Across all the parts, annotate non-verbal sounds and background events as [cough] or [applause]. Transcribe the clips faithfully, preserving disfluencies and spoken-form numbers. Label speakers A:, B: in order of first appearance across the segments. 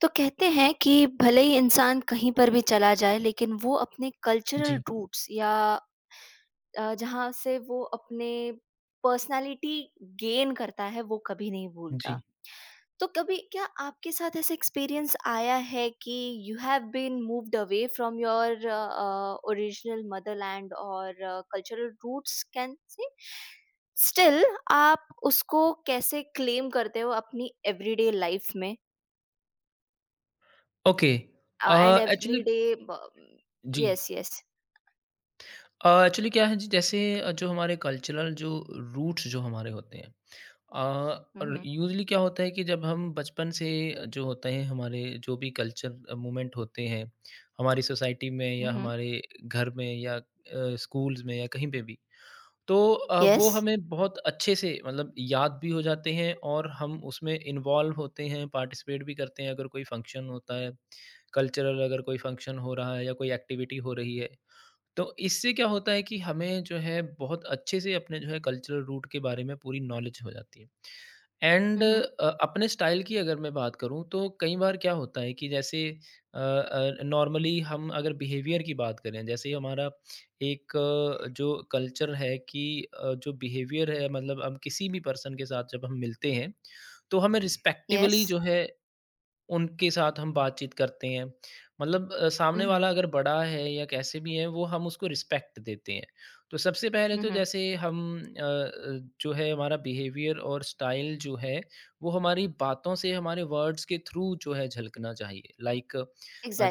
A: तो कहते हैं कि भले ही इंसान कहीं पर भी चला जाए लेकिन वो अपने कल्चरल
B: जी,
A: रूट्स या अ, जहाँ से वो अपने पर्सनालिटी गेन करता है वो कभी नहीं
B: जी।
A: भूलता। तो कभी क्या आपके साथ ऐसा एक्सपीरियंस आया है कि you have been moved away from your original motherland और cultural roots can say? Still आप उसको कैसे क्लेम करते हो अपनी एवरीडे लाइफ में?
B: Okay
A: Uh, and
B: uh,
A: every
B: actually
A: day, bu-
B: जी
A: yes, yes.
B: अ, एक्चुअली क्या है जी जैसे अ, जो हमारे कल्चरल जो रूट्स जो हमारे होते हैं अ, और
A: Mm-hmm.
B: यूजुअली क्या होता है कि जब हम बचपन से जो होते हैं हमारे जो भी कल्चर मूवमेंट होते हैं, हमारी सोसाइटी में या
A: Mm-hmm.
B: हमारे घर में या अ, स्कूल्स में या कहीं पे भी, तो अ, वो
A: Yes.
B: हमें बहुत अच्छे से मतलब याद भी हो जाते हैं और हम उसमें इन्वॉल्व होते हैं, पार्टिसिपेट भी करते हैं अगर कोई फंक्शन होता है, कल्चरल अगर कोई फंक्शन हो रहा है या कोई एक्टिविटी हो रही है। तो इससे क्या होता है कि हमें जो है बहुत अच्छे से अपने जो है कल्चरल रूट के बारे में पूरी नॉलेज हो जाती है। And
A: Mm-hmm.
B: अ, अपने स्टाइल की अगर मैं बात करूँ तो कई बार क्या होता है कि जैसे अ अ, नॉर्मली हम अगर बिहेवियर की बात करें जैसे हमारा एक अ, जो कल्चर है कि अ, जो बिहेवियर है मतलब हम किसी भी पर्सन के साथ जब हम मिलते हैं तो हमें रिस्पेक्टिवली
A: Yes.
B: जो है उनके साथ हम बातचीत करते हैं मतलब अ, सामने
A: Mm-hmm.
B: वाला अगर बड़ा है या कैसे भी है वो हम उसको रिस्पेक्ट देते हैं तो सबसे पहले तो
A: Mm-hmm.
B: जैसे हम अ, अ, जो है हमारा बिहेवियर और स्टाइल जो है वो हमारी बातों से हमारे वर्ड्स के थ्रू जो है झलकना चाहिए लाइक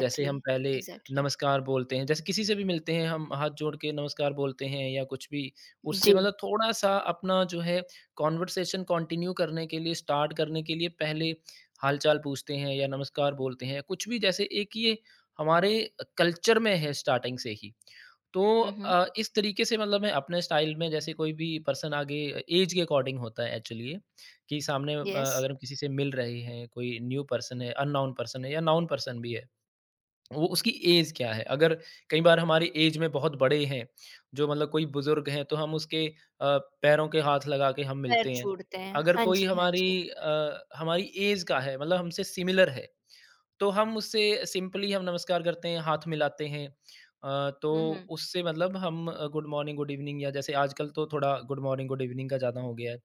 B: जैसे हम पहले
A: exactly,
B: नमस्कार बोलते हैं जैसे किसी से भी मिलते हैं हम हाथ जोड़ के नमस्कार बोलते हैं या कुछ भी उससे
A: जी,
B: मतलब थोड़ा सा अपना जो है कॉन्वर्सेशन कंटिन्यू करने के लिए स्टार्ट करने के लिए पहले हाल-चाल पूछते हैं या नमस्कार बोलते हैं, या कुछ भी जैसे एक ये हमारे कल्चर में है स्टार्टिंग से ही। तो
A: Mm-hmm.
B: अ, इस तरीके से मतलब मैं अपने स्टाइल में जैसे कोई भी पर्सन आगे ऐज के अकॉर्डिंग होता है एक्चुअली ये, कि सामने अ,
A: Yes,
B: अगर हम किसी से मिल रहे हैं, कोई न्यू पर्सन है, अननोन पर्सन है या नोन पर्सन भी है। वो उसकी एज क्या है? अगर कई बार हमारी एज में बहुत बड़े हैं, जो मतलब कोई बुज़ुर्ग हैं, तो हम उसके अ, पैरों के हाथ लगा के हम
A: पैर
B: मिलते हैं।
A: छूटते हैं,
B: अगर
A: हाँ
B: कोई
A: जी, हाँ जी।
B: हमारी अ, हमारी एज का है, मतलब हमसे सिमिलर है, तो हम उससे सिंपली हम नमस्कार करते हैं, हाथ मिलाते हैं। अ, तो
A: Mm-hmm.
B: उससे मतलब हम अ, गुड मॉर्निंग, गुड इवनिंग या जैसे आजकल तो थोड़ा गुड मॉर्निंग, गुड इवनिंग का ज़्यादा हो गया है।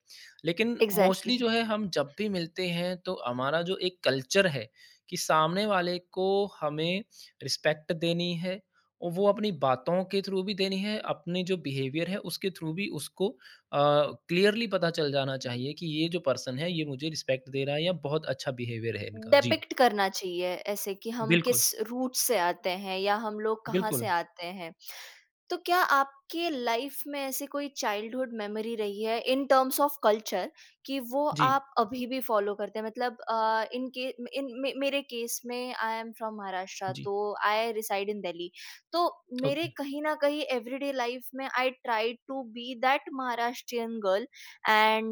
B: लेकिन मोस्टली
A: एग्जैक्टली
B: जो है हम जब भी मिलते हैं तो हमारा जो एक कल्चर है कि सामने वाले को हमें रिस्पेक्ट देनी है और वो अपनी बातों के थ्रू भी देनी है, अपने जो बिहेवियर है उसके थ्रू भी उसको अ, क्लियरली पता चल जाना चाहिए कि ये जो पर्सन है ये मुझे रिस्पेक्ट दे रहा है या बहुत अच्छा बिहेवियर है इनका। जी,
A: डिपिक्ट करना चाहिए ऐसे कि हम
B: बिल्कुल।
A: किस रूट से आते हैं या हम लोग कहाँ
B: बिल्कुल।
A: से आते हैं। तो क्या आपके लाइफ में ऐसी कोई चाइल्डहुड मेमोरी रही है इन टर्म्स ऑफ कल्चर कि वो
B: जी,
A: आप अभी भी फॉलो करते हैं? मतलब अ, इन के इन मे, मेरे केस में आई एम फ्रॉम महाराष्ट्र।
B: जी।
A: तो आई रिसाइड इन दिल्ली। तो मेरे
B: ओके।
A: कहीं ना कहीं एवरीडे लाइफ में I try to be that Maharashtrian girl,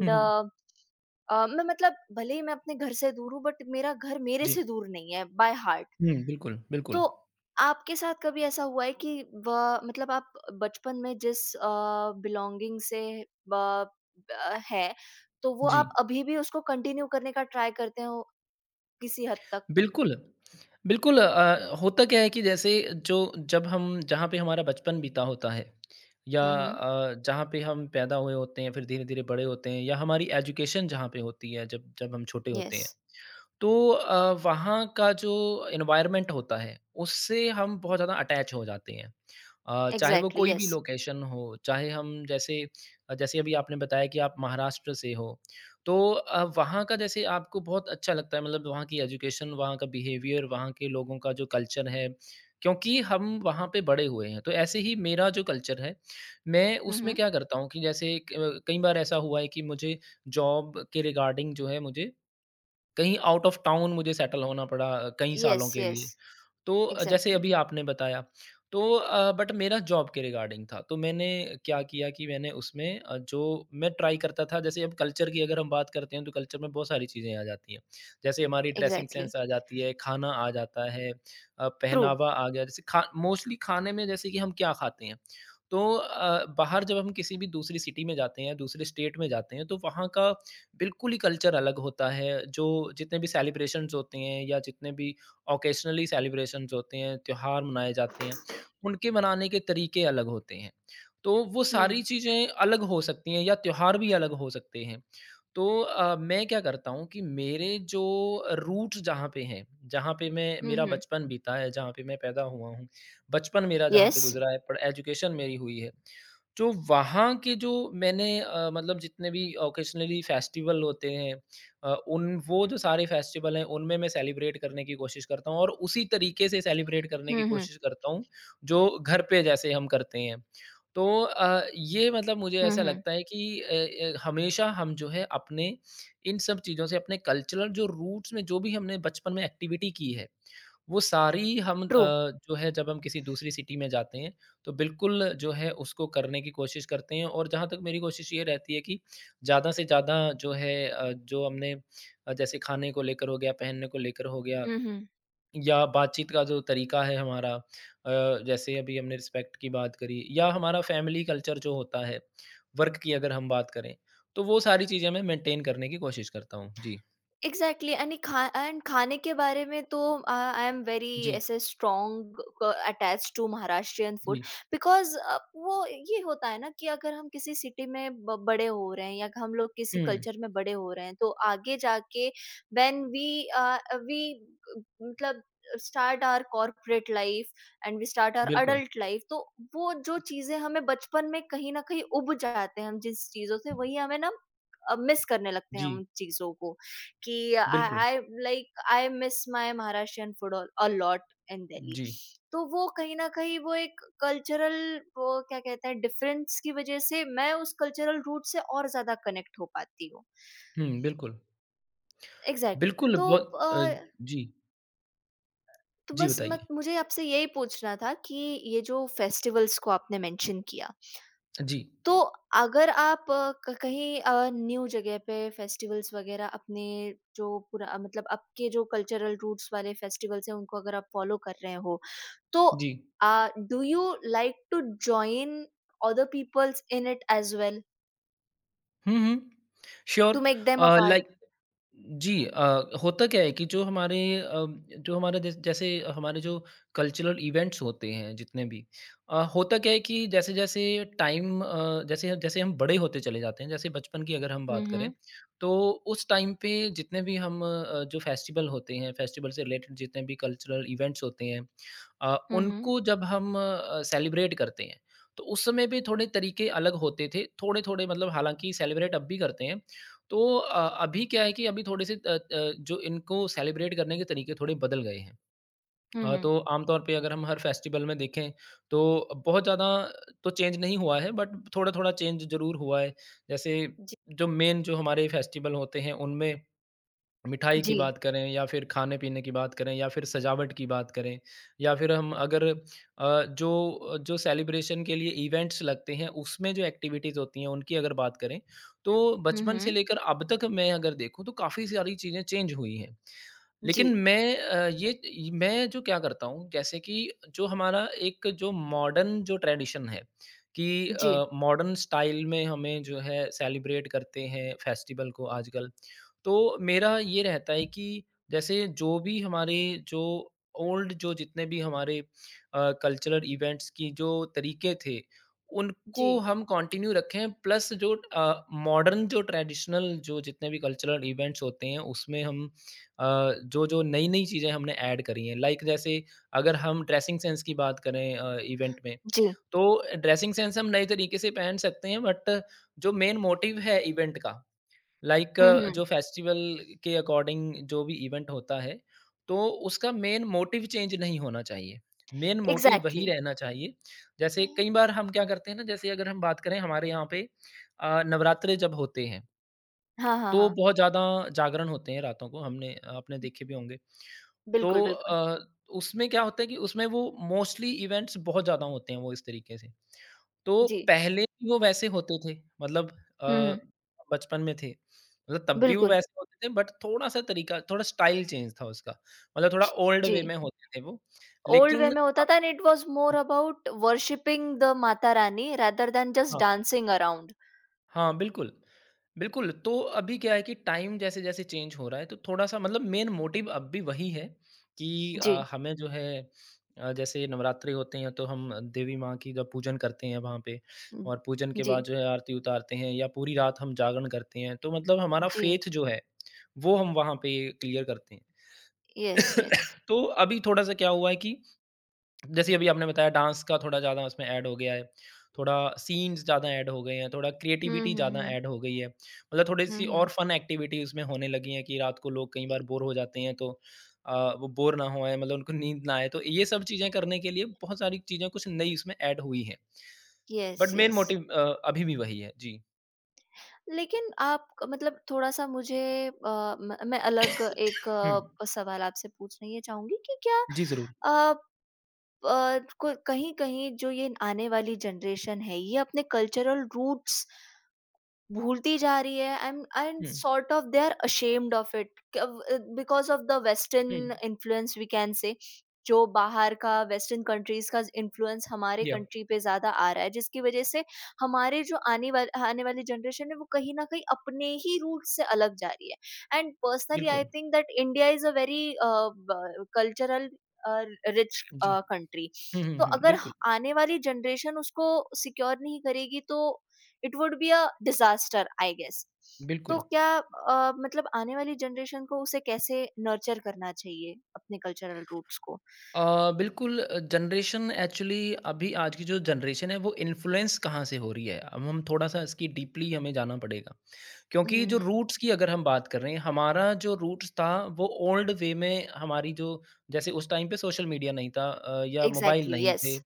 B: हुँ, हुँ।
A: मैं मतलब भले ही मैं अपने घर से दूर हूँ बट मेरा घर मेरे
B: जी।
A: से दूर नहीं है बाय हार्ट।
B: हुँ, बिल्कुल, बिल्कुल।
A: तो आपके साथ कभी ऐसा हुआ है कि वह मतलब आप बचपन में जिस बिलोंगिंग से ब- ब- है, तो वो
B: जी,
A: आप अभी भी उसको कंटिन्यू करने का ट्राई करते हो किसी हद तक?
B: बिल्कुल। बिल्कुल अ, होता क्या है कि जैसे जो जब हम जहाँ पे हमारा बचपन बीता होता है या
A: हम्म।
B: अ, जहाँ पे हम पैदा हुए होते हैं, फिर धीरे-धीरे बड़े होते हैं या हमारी एजुकेशन जहाँ पे होती है जब जब हम छोटे होते
A: यस।
B: हैं। तो अ, वहाँ का जो एनवायरनमेंट होता है, उससे हम बहुत ज़्यादा अटैच हो जाते हैं। अ, चाहे वो
A: एग्जैक्टली।
B: कोई भी
A: यस।
B: लोकेशन हो, चाहे हम जैसे अ, जैसे अभी आपने बताया कि आप महाराष्ट्र से हो, तो अ, वहाँ का जैसे आपको बहुत अच्छा लगता है मतलब वहाँ की एजुकेशन, वहाँ का बिहेवियर, वहाँ के लोगों का जो कल्चर है, क्योंकि हम वहाँ पे बड़े हुए हैं। तो ऐसे ही मेरा जो कल्चर है, मैं उसमें
A: हम्म।
B: क्या करता हूँ कि जैसे क कई बार ऐसा हुआ है कि मुझे जॉब के रिगार्डिंग जो है मुझे कहीं आउट ऑफ टाउन मुझे सेटल होना पड़ा अ, कई
A: यस,
B: सालों के
A: यस।
B: लिए। तो अ, जैसे
A: एग्जैक्टली।
B: अभी आपने बताया तो अ, बट मेरा जॉब के रिगार्डिंग था तो मैंने क्या किया कि मैंने उसमें अ, जो मैं ट्राई करता था जैसे अब कल्चर की अगर हम बात करते हैं तो कल्चर में बहुत सारी चीज़ें आ जाती हैं जैसे हमारी ड्रेसिंग
A: एग्जैक्टली।
B: सेंस आ जाती है खाना आ जाता है अ,
A: ट्रू।
B: पहनावा आ गया जैसे खा मोस्टली खाने में जैसे कि हम क्या खाते हैं तो अ, बाहर जब हम किसी भी दूसरी सिटी में जाते हैं दूसरे स्टेट में जाते हैं तो वहाँ का बिल्कुल ही कल्चर अलग होता है जो जितने भी सेलिब्रेशंस होते हैं या जितने भी ऑकेशनली सेलिब्रेशंस होते हैं, त्योहार मनाए जाते हैं, उनके मनाने के तरीके अलग होते हैं। तो वो सारी
A: हम्म।
B: चीज़ें अलग हो सकती हैं या त्योहार भी अलग हो सकते हैं। तो अ, मैं क्या करता हूँ कि मेरे जो रूट्स जहाँ पे हैं, जहाँ पे मैं मेरा
A: हम्म।
B: बचपन बीता है, जहाँ पे मैं पैदा हुआ हूँ, बचपन मेरा जहाँ पे
A: यस।
B: गुज़रा है, पर एजुकेशन मेरी हुई है, जो वहाँ के जो मैंने अ, मतलब जितने भी ऑकेशनली फेस्टिवल होते हैं अ, उन वो जो सारे फेस्टिवल हैं उनमें मैं सेलिब्रेट करने की कोशिश करता हूँ और उसी तरीके से सेलिब्रेट करने की
A: हम्म।
B: कोशिश करता हूँ जो घर पे जैसे हम करते हैं। तो अ, ये मतलब मुझे ऐसा
A: हम्म।
B: लगता है कि अ अ, हमेशा हम जो है अपने इन सब चीज़ों से अपने कल्चरल जो रूट्स में जो भी हमने बचपन में एक्टिविटी की है वो सारी हम अ,
A: ट्रू।
B: जो है जब हम किसी दूसरी सिटी में जाते हैं, तो बिल्कुल जो है उसको करने की कोशिश करते हैं और जहाँ तक मेरी कोशिश ये रहती है कि ज़्यादा से ज़्यादा जो है अ, जो हमने अ, जैसे खाने को लेकर हो गया, पहनने को लेकर हो गया या बातचीत का जो तरीका है हमारा अ, जैसे अभी हमने रिस्पेक्ट की बात करी या हमारा फैमिली कल्चर जो होता है, वर्क की अगर हम बात करें, तो वो सारी चीज़ें मैं मेंटेन करने की कोशिश करता हूँ। जी,
A: एग्जैक्टली एंड खा एंड खाने के बारे में तो आई एम वेरी
B: जी,
A: ऐसे strong attach to Maharashtrian food,
B: जी।
A: बिकॉज वो ये होता है ना कि अगर हम किसी सिटी में ब- बड़े हो रहे हैं या हम लोग किसी
B: हुँ,
A: कल्चर में बड़े हो रहे हैं, तो आगे जाके व्हेन वी वी मतलब start our corporate life and we start our
B: बिल्कुल।
A: Adult life. तो वो जो चीजें हमें बचपन में कहीं ना कहीं उब जाते हैं हम जिस चीजों से वही हमें ना मिस करने लगते हैं हम
B: जी,
A: उन चीजों को, कि आई
B: बिल्कुल।
A: I like I miss my Maharashtrian food a lot in Delhi.
B: जी।
A: तो वो कहीं ना कहीं वो एक कल्चरल, वो क्या कहते हैं, डिफरेंस की वजह से मैं उस कल्चरल रूट से और ज्यादा कनेक्ट हो पाती हूँ।
B: हुँ, बिल्कुल।
A: एग्जैक्टली
B: बिल्कुल,
A: exactly. तो
B: बहुत अ,
A: अ,
B: जी,
A: तो
B: जी
A: बस मत
B: बताइए।
A: मुझे आपसे यही पूछना था कि ये जो फेस्टिवल्स को आपने मेंशन किया,
B: जी,
A: तो अगर आप अ, क कहीं अ, न्यू जगह पे फेस्टिवल्स वगैरह अपने जो पूरा मतलब आपके जो कल्चरल रूट्स वाले फेस्टिवल्स हैं उनको अगर आप फ़ॉलो कर रहे हो, तो
B: जी।
A: अ, do you like to join other peoples in it as well
B: हुँ, हुँ। Sure
A: to make them a
B: uh, like
A: part?
B: जी, अ, होता क्या है कि जो हमारे अ, जो हमारे जैस जैसे हमारे जो कल्चरल इवेंट्स होते हैं जितने भी अ, होता क्या है कि जैसे-जैसे टाइम अ, जैसे जैसे हम बड़े होते चले जाते हैं, जैसे बचपन की अगर हम
A: हुँ,
B: बात करें,
A: हुँ।
B: तो उस टाइम पे जितने भी हम अ, जो फेस्टिवल होते हैं, फेस्टिवल से रिलेटेड जितने भी कल्चरल इवेंट्स होते हैं अ,
A: हुँ, हुँ।
B: उनको जब हम अ, सेलिब्रेट करते हैं, तो उस समय भी थोड़े तरीके अलग होते थे। थोड़े-थोड़े मतलब हालाँकि सेलिब्रेट अब भी करते हैं तो अ, अभी क्या है कि अभी थोड़े-से अ अ, जो इनको सेलिब्रेट करने के तरीके थोड़े बदल गए हैं।
A: हुँ,
B: अ,
A: हुँ।
B: तो आमतौर पे अगर हम हर फेस्टिवल में देखें तो बहुत ज़्यादा तो चेंज नहीं हुआ है बट थोड़ा-थोड़ा चेंज ज़रूर हुआ है। जैसे
A: जी,
B: जो मेन जो हमारे फेस्टिवल होते हैं उनमें मिठाई की
A: जी।
B: बात करें या फिर खाने-पीने की बात करें या फिर सजावट की बात करें या फिर हम अगर अ, जो जो सेलिब्रेशन के लिए इवेंट्स लगते हैं, उसमें जो एक्टिविटीज़ होती हैं, उनकी अगर बात करें, तो
A: हुँ,
B: बचपन से
A: हुँ।
B: लेकर अब तक मैं अगर देखूँ, तो काफ़ी सारी चीज़ें चेंज हुई हैं।
A: जी,
B: लेकिन मैं अ, ये मैं जो क्या करता हूँ जैसे कि जो हमारा एक जो मॉडर्न जो ट्रेडिशन है कि
A: जी,
B: अ, मॉडर्न स्टाइल में हमें जो है सेलिब्रेट करते हैं फेस्टिवल को आजकल। तो मेरा ये रहता है कि जैसे जो भी हमारे जो ओल्ड जो जितने भी हमारे अ, कल्चरल इवेंट्स की जो तरीके थे, उनको
A: जी,
B: हम कंटिन्यू रखें प्लस जो अ, मॉडर्न जो ट्रेडिशनल जो जितने भी कल्चरल इवेंट्स होते हैं उसमें हम अ, जो-जो नई-नई चीज़ें हमने ऐड करी हैं लाइक जैसे अगर हम ड्रेसिंग सेंस की बात करें अ, इवेंट में,
A: जी।
B: तो ड्रेसिंग सेंस हम नए तरीके से पहन सकते हैं बट जो मेन मोटिव है इवेंट का लाइक
A: हुँ, हुँ।
B: जो फेस्टिवल के अकॉर्डिंग जो भी इवेंट होता है, तो उसका मेन मोटिव चेंज नहीं होना चाहिए। मेन मोटिव वही
A: इग्ज़ैक्टली।
B: रहना चाहिए। जैसे कई बार हम क्या करते हैं ना जैसे अगर हम बात करें हमारे यहाँ पे अ, नवरात्रे जब होते हैं,
A: हाँ, हाँ,
B: तो
A: हाँ।
B: बहुत ज़्यादा जागरण होते हैं रातों को हमने आपने देखे भी होंगे।
A: बिल्कुल,
B: तो
A: बिल्कुल।
B: अ, उसमें क्या होता है कि उसमें वो मोस्टली इवेंट्स बहुत ज़्यादा होते हैं वो इस तरीके से। तो
A: जी।
B: पहले भी वो वैसे होते थे मतलब अ,
A: हुँ,
B: बचपन में थे। मतलब तब भी वो
A: बिल्कुल।
B: वैसे होते थे बट थोड़ा-सा तरीका थोड़ा स्टाइल चेंज था उसका। मतलब थोड़ा ओल्ड
A: जी।
B: वे में होते थे वो।
A: ओल्ड वे
B: लेकिन
A: में
B: अब
A: होता था and it was more about worshipping the Mata Rani rather than just
B: हाँ,
A: डांसिंग अराउंड।
B: हाँ बिल्कुल। बिल्कुल, तो अभी क्या है कि टाइम जैसे-जैसे चेंज हो रहा है, तो थोड़ा-सा मतलब मेन मोटिव अब भी वही है कि
A: जी।
B: अ, हमें जो है अ, जैसे नवरात्रि होते हैं, तो हम देवी माँ की जब पूजन करते हैं वहाँ पे
A: हुँ,
B: और पूजन के
A: जी,
B: बाद जो है आरती उतारते हैं या पूरी रात हम जागरण करते हैं, तो मतलब हमारा
A: जी।
B: फेथ जो है, वो हम वहाँ पे क्लियर करते हैं।
A: Yes, yes.
B: [coughs] तो अभी थोड़ा-सा क्या हुआ है कि जैसे अभी आपने बताया डांस का थोड़ा ज़्यादा उसमें ऐड हो गया है, थोड़ा सीन्स ज़्यादा ऐड हो गए हैं, थोड़ा
A: हुँ,
B: क्रिएटिविटी
A: हुँ,
B: ज़्यादा
A: हुँ।
B: ऐड हो गई है। मतलब
A: हुँ,
B: थोड़ी-सी और
A: हुँ।
B: फन एक्टिविटी उसमें होने लगी हैं कि रात को लोग कई
A: इ
B: बार बोर हो जाते हैं तो अ, वो बोर ना होएँ मतलब उनको नींद ना आए, तो ये सब चीज़ें करने के लिए बहुत सारी चीज़ें कुछ नई उसमें ऐड हुई हैं।
A: Yes,
B: but main
A: yes.
B: Motive अ, अभी भी वही है। जी।
A: लेकिन आप मतलब थोड़ा-सा मुझे अ, म मैं अलग एक
B: [coughs] हुँ।
A: अ, सवाल आपसे पूछना ये चाहूँगी कि क्या
B: जी, ज़रूर।
A: अ, अ, को कहीं-कहीं जो ये आने वाली जनरेशन है, ये अपने कल्चरल रूट्स भूलती जा रही है एंड एंड
B: हुँ,
A: sort of they are ashamed of it because of the
B: हुँ।
A: Western influence we can say. जो बाहर का वेस्टर्न कंट्रीज का इन्फ्लुएंस हमारे
B: या
A: कंट्री पे ज्यादा आ रहा है जिसकी वजह से हमारे जो आने वाले आने वाली जनरेशन है वो कहीं ना कहीं अपने ही रूट से अलग जा रही है। एंड पर्सनली आई
B: बिल्कुल।
A: Think that India is a very cultural rich
B: जी।
A: कंट्री।
B: हुँ, हुँ,
A: तो
B: हुँ।
A: अगर
B: बिल्कुल,
A: ह- आने वाली जनरेशन उसको सिक्योर नहीं करेगी तो it would be a disaster I guess. तो
B: बिल्कुल।
A: क्या अ, मतलब आने वाली जनरेशन को उसे कैसे नर्चर करना चाहिए अपने कल्चरल रूट्स को?
B: अ, बिल्कुल। जनरेशन एक्चुअली अभी आज की जो जनरेशन है वो इन्फ्लुएंस कहाँ से हो रही है, अब हम थोड़ा सा इसकी डीपली हमें जाना पड़ेगा। क्योंकि जो
A: हम्म।
B: रूट्स की अगर हम बात कर रहे हैं, हमारा जो रूट्स था वो ओल्ड वे में हमारी जो, जैसे उस टाइम पे सोशल मीडिया नहीं था, अ, या मोबाइल
A: एग्जैक्टली।
B: नहीं
A: यस,
B: थे,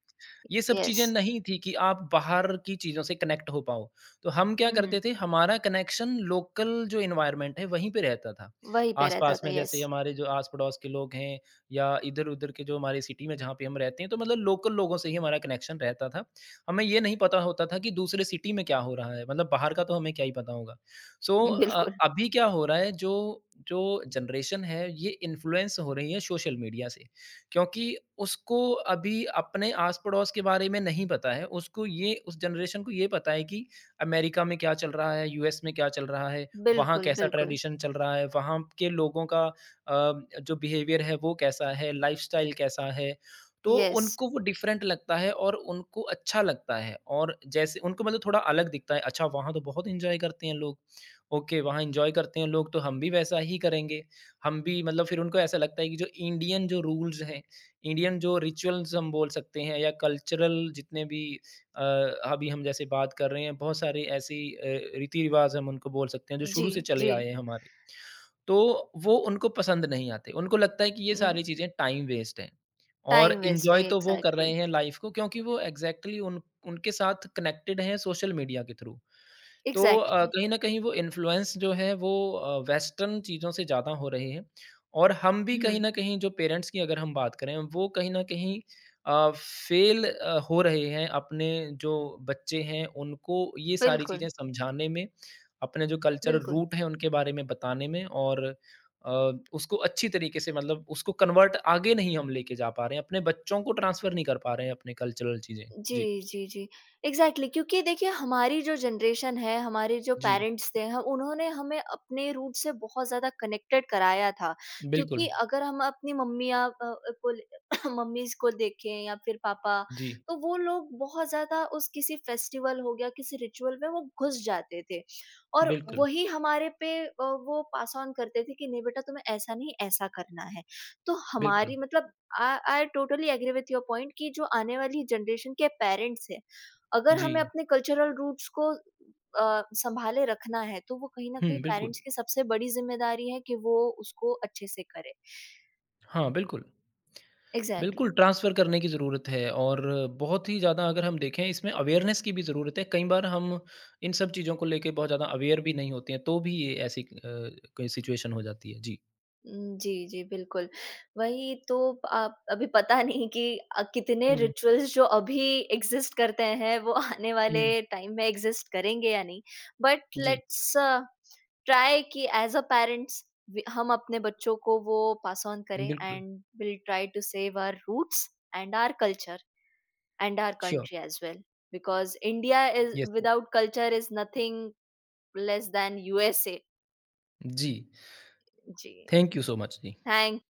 B: ये सब
A: यस।
B: चीज़ें नहीं थी कि आप बाहर की चीज़ों से कनेक्ट हो पाओ। तो हम क्या
A: हम्म।
B: करते थे, हमारा कनेक्शन लोकल जो एनवायरनमेंट है, वहीं पे रहता था।
A: वहीं पे रहता
B: आस-पास
A: था,
B: में जैसे
A: यस।
B: हमारे जो आस-पड़ोस के लोग हैं या इधर-उधर के जो हमारे सिटी में जहाँ पे हम रहते हैं, तो मतलब लोकल लोगों से ही हमारा कनेक्शन रहता था। हमें ये नहीं पता होता था कि दूसरे सिटी में क्या हो रहा है, मतलब बाहर का तो हमें क्या ही पता होगा। सो अ,
A: बिल्कुल,
B: अभी क्या हो रहा है, जो जो जनरेशन है, ये इन्फ्लुएंस हो रही है सोशल मीडिया से। क्योंकि उसको अभी अपने आस-पड़ोस के बारे में नहीं पता है। उसको, ये उस जनरेशन को ये पता है कि अमेरिका में क्या चल रहा है, यूएस में क्या चल रहा है, वहाँ
A: बिल्कुल,
B: कैसा
A: बिल्कुल।
B: ट्रेडिशन चल रहा है, वहाँ के लोगों का अ, जो बिहेवियर है वो कैसा है, लाइफ़स्टाइल कैसा है। तो
A: यस।
B: उनको वो डिफरेंट लगता है और उनको अच्छा लगता है और जैसे उनको मतलब थोड़ा अलग दिखता है, अच्छा वहाँ तो बहुत एन्जॉय करते हैं लोग। ओके, वहाँ एन्जॉय करते हैं लोग तो हम भी वैसा ही करेंगे। हम भी मतलब फिर उनको ऐसा लगता है कि जो इंडियन जो रूल्स हैं, इंडियन जो रिचुअल्स हम बोल सकते हैं या कल्चरल जितने भी अ, अभी हम जैसे बात कर रहे हैं, बहुत सारे ऐसी अ, रीति-रिवाज़ हम उनको बोल सकते हैं जो
A: जी,
B: शुरू से चले
A: जी।
B: आए हैं हमारे। तो वो उनको पसंद नहीं आते। उनको लगता है कि ये सारी चीज़ें टाइम वेस्ट है और
A: टाइम वेस्ट
B: एन्जॉय
A: है
B: तो वो कर रहे
A: एग्जैक्टली।
B: हैं लाइफ़ को, क्योंकि वो एग्ज़ैक्टली उन उनके साथ कनेक्टेड हैं सोशल मीडिया के थ्रू। तो अ,
A: एग्जैक्टली।
B: कहीं न कहीं वो इन्फ्लुएंस जो है वो अ, वेस्टर्न चीज़ों से ज़्यादा हो रही है और हम भी कहीं
A: हम्म।
B: न कहीं, जो पेरेंट्स की अगर हम बात करें, वो कहीं न कहीं अ, फेल अ, हो रहे हैं अपने जो बच्चे हैं उनको ये सारी
A: बिल्कुल।
B: चीज़ें समझाने में, अपने जो कल्चरल
A: बिल्कुल।
B: रूट हैं उनके बारे में बताने में और अ, उसको अच्छी तरीके से मतलब उसको कन्वर्ट आगे नहीं हम लेके जा पा रहे हैं, अपने बच्चों को ट्रांसफ़र नहीं कर पा रहे हैं अपने कल्चरल चीज़ें। जी,
A: जी, जी, जी। एग्ज़ैक्टली क्योंकि देखिए हमारी जो जनरेशन है, हमारे जो
B: जी,
A: पेरेंट्स थे ह उन्होंने हमें अपने रूट से बहुत ज़्यादा कनेक्टेड कराया था।
B: बिल्कुल।
A: क्योंकि अगर हम अपनी मम्मी या अ, अ, को मम्मीज़ [clears throat] को देखें या फिर पापा,
B: जी,
A: तो वो लोग बहुत ज़्यादा उस किसी फेस्टिवल हो गया, किसी रिचुअल में वो घुस जाते थे। और
B: बिल्कुल,
A: वही हमारे पे अ, वो पास ऑन करते थे कि नहीं बेटा तुम्हें ऐसा नहीं, ऐसा करना है। तो
B: बिल्कुल।
A: हमारी मतलब I I totally agree with your point कि जो आने वाली जनरेशन के पेरेंट्स हैं, अगर
B: जी।
A: हमें अपने कल्चरल रूट्स को अ, सँभाले रखना है, तो वो कहीं न
B: हुँ,
A: कहीं
B: बिल्कुल।
A: पेरेंट्स की सबसे बड़ी ज़िम्मेदारी है कि वो उसको अच्छे से करें।
B: हाँ, बिल्कुल।
A: एग्ज़ैक्टली।
B: बिल्कुल, ट्रांसफ़र करने की ज़रूरत है और बहुत ही ज़्यादा अगर हम देखें इसमें अवेयरनेस की भी ज़रूरत है। कई बार हम इन सब चीज़ों को लेके बहुत ज़्यादा अवेयर भी नहीं होते हैं, तो भी ये ऐसी अ, कोई सिचुएशन हो जाती है। जी।
A: उम, जी, जी, बिल्कुल। वही तो आप अभी पता नहीं कि अ, कितने
B: हुँ,
A: रिचुअल्स जो अभी एक्ज़िस्ट करते हैं, वो आने वाले
B: हुँ।
A: टाइम में एक्ज़िस्ट करेंगे या नहीं। बट
B: जी,
A: लेट्स ट्राई कि एज़ अ पेरेंट्स वी हम अपने बच्चों को वो पास ऑन करें
B: बिल्कुल।
A: And will try to save our roots and our culture and our
B: sure.
A: Country as well. Because India is
B: yes, yes.
A: Without culture is nothing less than U S A.
B: जी,
A: जी,
B: thank you so much. जी।
A: Thank